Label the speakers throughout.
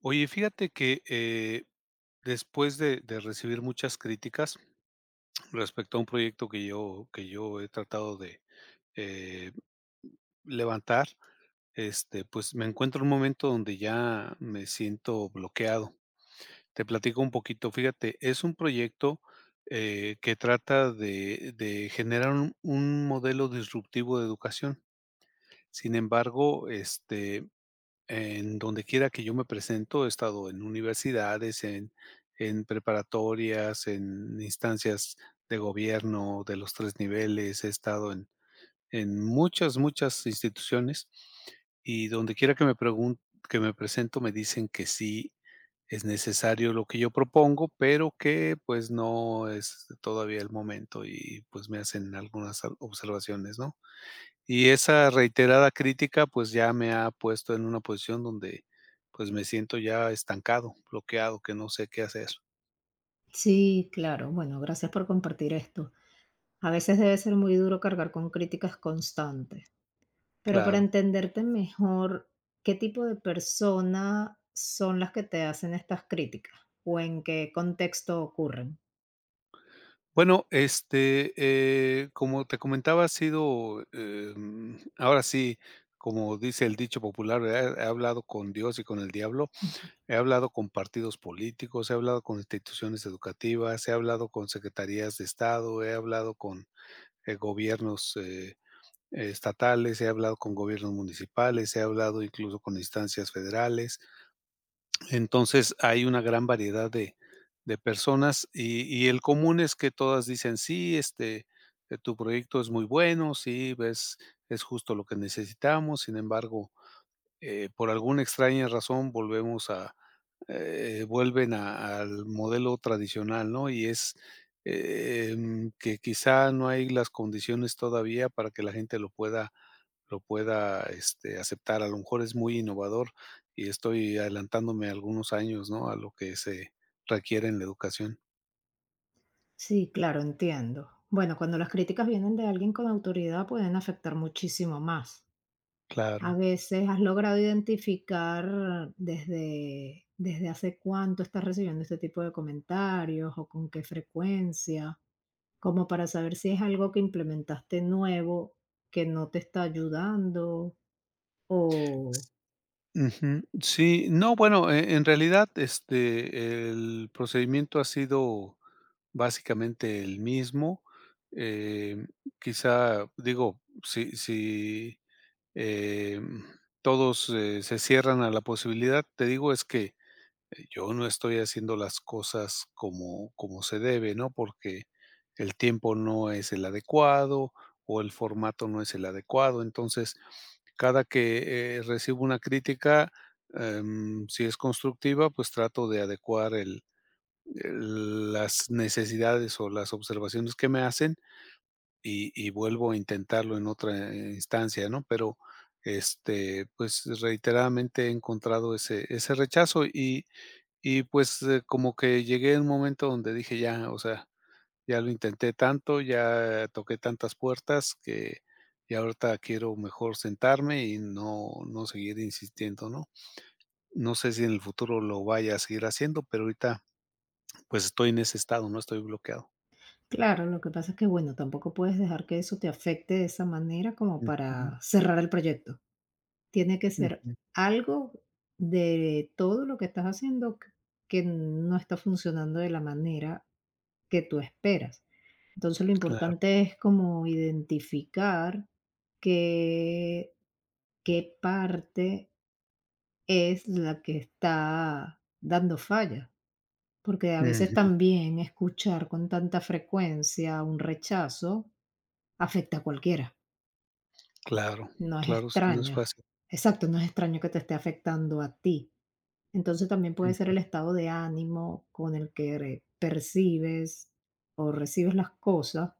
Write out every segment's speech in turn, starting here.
Speaker 1: Oye, fíjate que después de recibir muchas críticas respecto a un proyecto que yo he tratado de eh, levantar, este, pues me encuentro en un momento donde ya me siento bloqueado. Te platico un poquito, fíjate, es un proyecto que trata de generar un modelo disruptivo de educación. Sin embargo, este, en donde quiera que yo me presento, he estado en universidades, en preparatorias, en instancias de gobierno de los 3 niveles, he estado en muchas, muchas instituciones, y donde quiera que me pregun que me presento, me dicen que sí es necesario lo que yo propongo, pero que, pues, no es todavía el momento y, pues, me hacen algunas ob observaciones, ¿no? Y esa reiterada crítica, pues, ya me ha puesto en una posición donde, pues, me siento ya estancado, bloqueado, que no sé qué hacer.
Speaker 2: Sí, claro. Bueno, gracias por compartir esto. A veces debe ser muy duro cargar con críticas constantes, pero para
Speaker 1: Claro.
Speaker 2: entenderte mejor, ¿qué tipo de persona son las que te hacen estas críticas o en qué contexto ocurren?
Speaker 1: Bueno, este, como te comentaba, ha sido, ahora sí, como dice el dicho popular, ¿verdad? He hablado con Dios y con el diablo, he hablado con partidos políticos, he hablado con instituciones educativas, he hablado con secretarías de Estado, he hablado con, gobiernos, estatales, he hablado con gobiernos municipales, he hablado incluso con instancias federales. Entonces, hay una gran variedad de personas y el común es que todas dicen: "Sí, este, tu proyecto es muy bueno, sí, ves, es justo lo que necesitamos". Sin embargo, por alguna extraña razón vuelven a al modelo tradicional, ¿no? Y es, que quizá no hay las condiciones todavía para que la gente lo pueda, este, aceptar. A lo mejor es muy innovador y estoy adelantándome algunos años, ¿no?, a lo que se requiere en la educación.
Speaker 2: Sí, claro, entiendo. Bueno, cuando las críticas vienen de alguien con autoridad pueden afectar muchísimo más. A
Speaker 1: Claro.
Speaker 2: veces has logrado identificar desde hace cuánto estás recibiendo este tipo de comentarios o con qué frecuencia. Como para saber si es algo que implementaste nuevo, que no te está ayudando o
Speaker 1: Ujú. Sí, no, bueno, en realidad, este, el procedimiento ha sido básicamente el mismo. Em, Quizá, digo, si si, em, todos, se cierran a la posibilidad, te digo, es que yo no estoy haciendo las cosas como se debe, ¿no? Porque el tiempo no es el adecuado o el formato no es el adecuado. Entonces, cada que, recibo una crítica, si es constructiva, pues trato de adecuar el las necesidades o las observaciones que me hacen y vuelvo a intentarlo en otra instancia, ¿no? Pero, este, pues, reiteradamente he encontrado ese rechazo y pues, como que llegué a un momento donde dije: "Ya, o sea, ya lo intenté tanto, ya toqué tantas puertas que ya ahorita quiero mejor sentarme y no seguir insistiendo", ¿no? No sé si en el futuro lo vaya a seguir haciendo, pero ahorita, pues, estoy en ese estado, ¿no? Estoy bloqueado.
Speaker 2: claro, lo que pasa es que, bueno, tampoco puedes dejar que eso te afecte de esa manera como
Speaker 1: Ujú,
Speaker 2: para cerrar el proyecto. Tiene que ser
Speaker 1: ujú,
Speaker 2: algo de todo lo que estás haciendo q que no está funcionando de la manera que tú esperas. Entonces, lo
Speaker 1: claro,
Speaker 2: importante es como identificar qué qué parte es la que está dando falla, porque a veces
Speaker 1: ujú,
Speaker 2: también escuchar con tanta frecuencia un rechazo afecta a cualquiera.
Speaker 1: claro,
Speaker 2: No es
Speaker 1: claro, sí, no es
Speaker 2: extraño.
Speaker 1: fácil.
Speaker 2: Exacto, no es extraño que te esté afectando a ti. Entonces, también puede ser
Speaker 1: Mm,
Speaker 2: el estado de ánimo con el que re percibes o recibes las cosas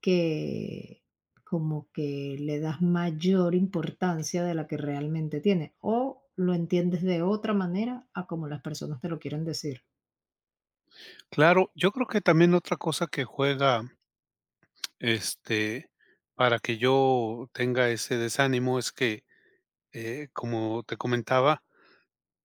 Speaker 2: que como que le das mayor importancia de la que realmente tiene, o lo entiendes de otra manera a como las personas te lo quieren decir.
Speaker 1: claro, yo creo que también otra cosa que juega, este, para que yo tenga ese desánimo es que como te comentaba,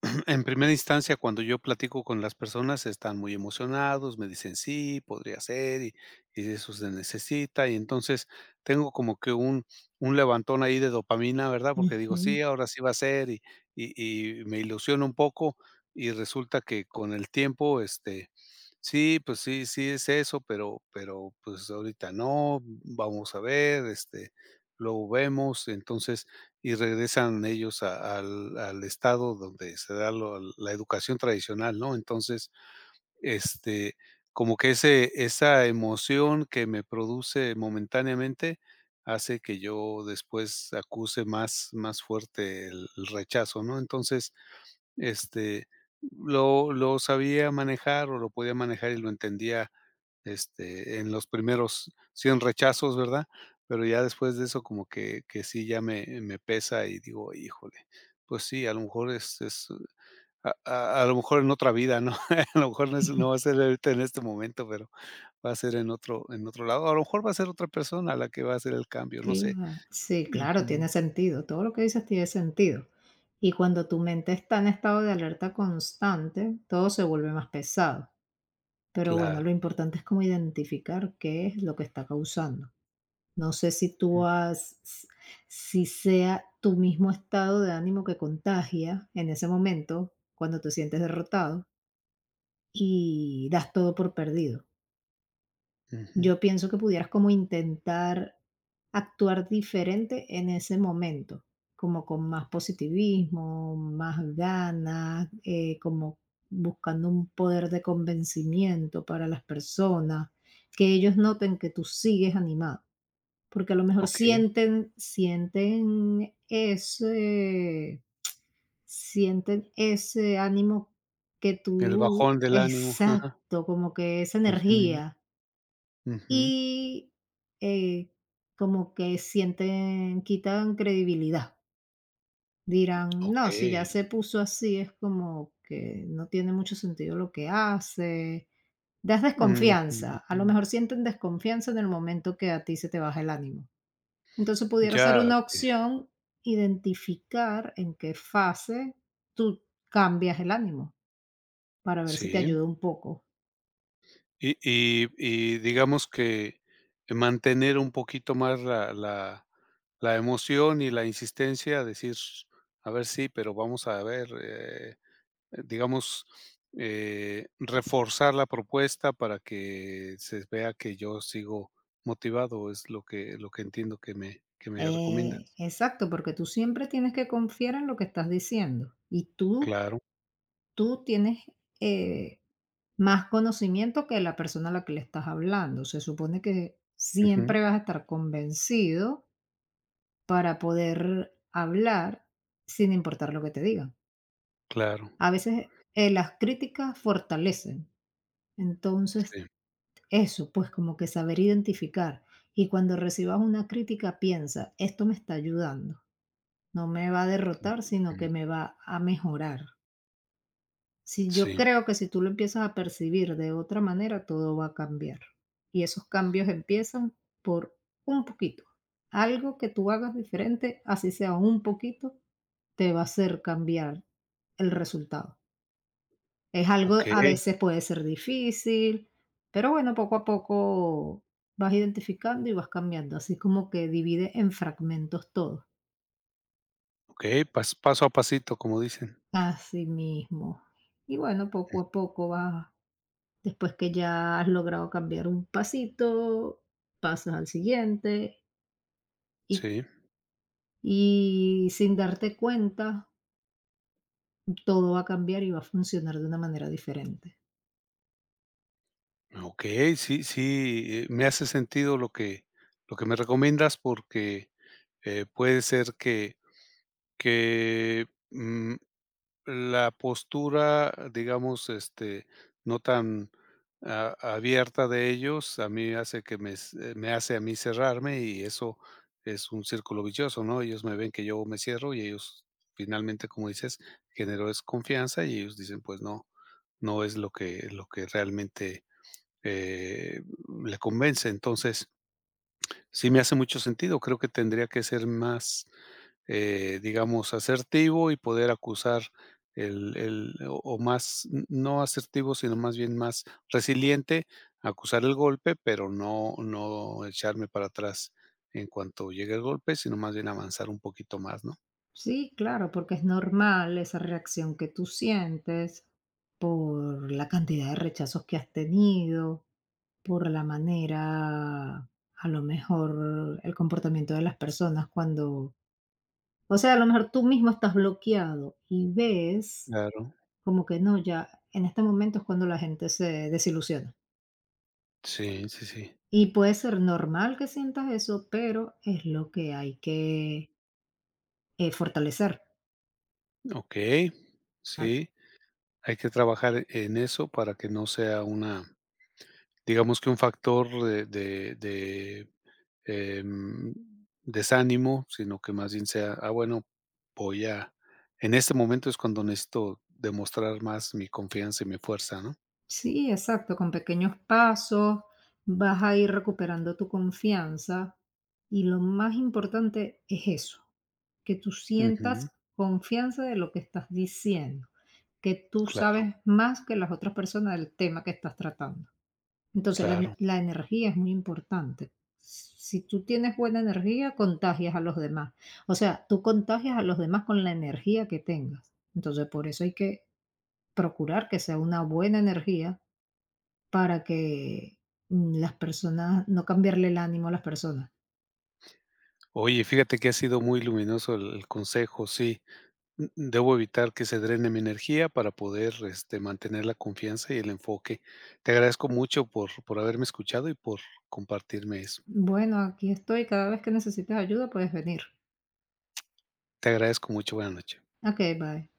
Speaker 1: en primera instancia, cuando yo platico con las personas, están muy emocionados, me dicen sí, podría ser, y eso se necesita, y entonces tengo como que un levantón ahí de dopamina, ¿verdad? Porque
Speaker 2: Ujú.
Speaker 1: digo, sí, ahora sí va a ser, y me ilusiono un poco, y resulta que con el tiempo, este, sí, pues sí, sí es eso, pero pues ahorita no, vamos a ver, este, luego vemos, entonces y regresan ellos a al al estado donde se da lo la educación tradicional, ¿no? Entonces, este, como que ese esa emoción que me produce momentáneamente hace que yo después acuse más fuerte el rechazo, ¿no? Entonces, este, lo sabía manejar o lo podía manejar y lo entendía este, en los primeros 100 rechazos, ¿verdad? Pero ya después de eso como que sí ya me pesa y digo: "Híjole, pues sí, a lo mejor es a lo mejor en otra vida, ¿no?" A lo mejor no es
Speaker 2: Ujú.
Speaker 1: no va a ser ahorita en este momento, pero va a ser en otro lado. A lo mejor va a ser otra persona la que va a hacer el cambio, no sé.
Speaker 2: Cla Sí, claro, tiene
Speaker 1: Ujú.
Speaker 2: sentido. Todo lo que dices tiene sentido. Y cuando tu mente está en estado de alerta constante, todo se vuelve más pesado. Pero bueno,
Speaker 1: Claro.
Speaker 2: lo importante es cómo identificar qué es lo que está causando. No sé si
Speaker 1: Mm,
Speaker 2: tú si sea tu mismo estado de ánimo que contagia en ese momento, cuando te sientes derrotado y das todo por perdido.
Speaker 1: ujú.
Speaker 2: Yo pienso que pudieras como intentar actuar diferente en ese momento, como con más positivismo, más ganas, como buscando un poder de convencimiento para las personas, que ellos noten que tú sigues animado, porque a lo mejor
Speaker 1: Okey.
Speaker 2: sienten ese ánimo que
Speaker 1: El
Speaker 2: tú,
Speaker 1: bajón del ánimo. Ajá.
Speaker 2: exacto, como que esa
Speaker 1: Ujú,
Speaker 2: energía
Speaker 1: ujú.
Speaker 2: y, eh, como que sienten quitan credibilidad. Dirán: "No, si ya
Speaker 1: Okey.
Speaker 2: se puso así, es como que no tiene mucho sentido lo que hace". Das
Speaker 1: Ujú.
Speaker 2: desconfianza, a lo mejor sienten desconfianza en el momento que a ti se te baja el ánimo. Entonces, pudiera ser
Speaker 1: Ya,
Speaker 2: una
Speaker 1: okey.
Speaker 2: opción identificar en qué fase tú cambias el ánimo, para ver si te
Speaker 1: Sí.
Speaker 2: ayuda un poco.
Speaker 1: Y digamos que mantener un poquito más la emoción y la insistencia a decir: "A ver, sí, pero vamos a ver", digamos, reforzar la propuesta para que se vea que yo sigo motivado, es lo que entiendo que me recomiendas.
Speaker 2: Exacto, porque tú siempre tienes que confiar en lo que estás diciendo y tú,
Speaker 1: Claro,
Speaker 2: tú tienes eh, más conocimiento que la persona a la que le estás hablando. Se supone que
Speaker 1: ujú,
Speaker 2: siempre vas a estar convencido para poder hablar sin importar lo que te digan.
Speaker 1: claro,
Speaker 2: A veces las críticas fortalecen. Entonces,
Speaker 1: sí.
Speaker 2: eso, pues como que saber identificar. Y cuando recibas una crítica, piensa, esto me está ayudando. No me va a derrotar, sino
Speaker 1: Ujú,
Speaker 2: que me va a mejorar. Si yo
Speaker 1: sí,
Speaker 2: creo que si tú lo empiezas a percibir de otra manera, todo va a cambiar. Y esos cambios empiezan por un poquito. Algo que tú hagas diferente, así sea un poquito, te va a hacer cambiar el resultado. Es algo, a
Speaker 1: okey,
Speaker 2: veces puede ser difícil, pero bueno, poco a poco vas identificando y vas cambiando. Así como que divide en fragmentos todo.
Speaker 1: okey, paso a pasito, como dicen.
Speaker 2: Así mismo. Y bueno, poco a poco vas, después que ya has logrado cambiar un pasito, pasas al siguiente y,
Speaker 1: Sí.
Speaker 2: y sin darte cuenta, todo va a cambiar y va a funcionar de una manera diferente.
Speaker 1: Ok, sí, sí, me hace sentido lo que me recomiendas porque, puede ser que, mm, la postura, digamos, este, no tan a abierta de ellos, a mí hace que me hace a mí cerrarme y eso es un círculo vicioso, ¿no? Ellos me ven que yo me cierro y ellos finalmente, como dices, generó desconfianza y ellos dicen: "Pues no, no es lo que realmente eh, le convence. Entonces, sí me hace mucho sentido. Creo que tendría que ser más, digamos, asertivo y poder acusar o más, no asertivo, sino más bien más resiliente, acusar el golpe, pero no, no echarme para atrás en cuanto llegue el golpe, sino más bien avanzar un poquito más, ¿no?
Speaker 2: Sí, claro, porque es normal esa reacción que tú sientes por la cantidad de rechazos que has tenido, por la manera, a lo mejor el comportamiento de las personas cuando. O sea, a lo mejor tú mismo estás bloqueado y ves
Speaker 1: Claro.
Speaker 2: como que no, ya en este momento es cuando la gente se desilusiona.
Speaker 1: Sí, sí, sí.
Speaker 2: Y puede ser normal que sientas eso, pero es lo que hay que fortalecer.
Speaker 1: Ok.
Speaker 2: Al-
Speaker 1: Sí. Hay que trabajar en eso para que no sea una. Digamos que un factor de em, desánimo, sino que más bien sea, ah, bueno, voy a en este momento es cuando necesito demostrar más mi confianza y mi fuerza, ¿no?
Speaker 2: Sí, exacto, con pequeños pasos vas a ir recuperando tu confianza y lo más importante es eso, que tú
Speaker 1: Ujú.
Speaker 2: sientas confianza de lo que estás diciendo, que tú sabes
Speaker 1: Claro,
Speaker 2: más que las otras personas del tema que estás tratando. Entonces,
Speaker 1: claro.
Speaker 2: la energía es muy importante. Si tú tienes buena energía, contagias a los demás. O sea, tú contagias a los demás con la energía que tengas. Entonces, por eso hay que procurar que sea una buena energía para que, mm, las personas no cambiarle el ánimo a las personas.
Speaker 1: Oye, fíjate que ha sido muy luminoso el consejo, sí. Mm, debo evitar que se drene mi energía para poder, este, mantener la confianza y el enfoque. Te agradezco mucho por haberme escuchado y por compartirme eso.
Speaker 2: Bueno, aquí estoy, cada vez que necesites ayuda puedes venir.
Speaker 1: Te agradezco mucho. Buenas noches.
Speaker 2: Okey, bye.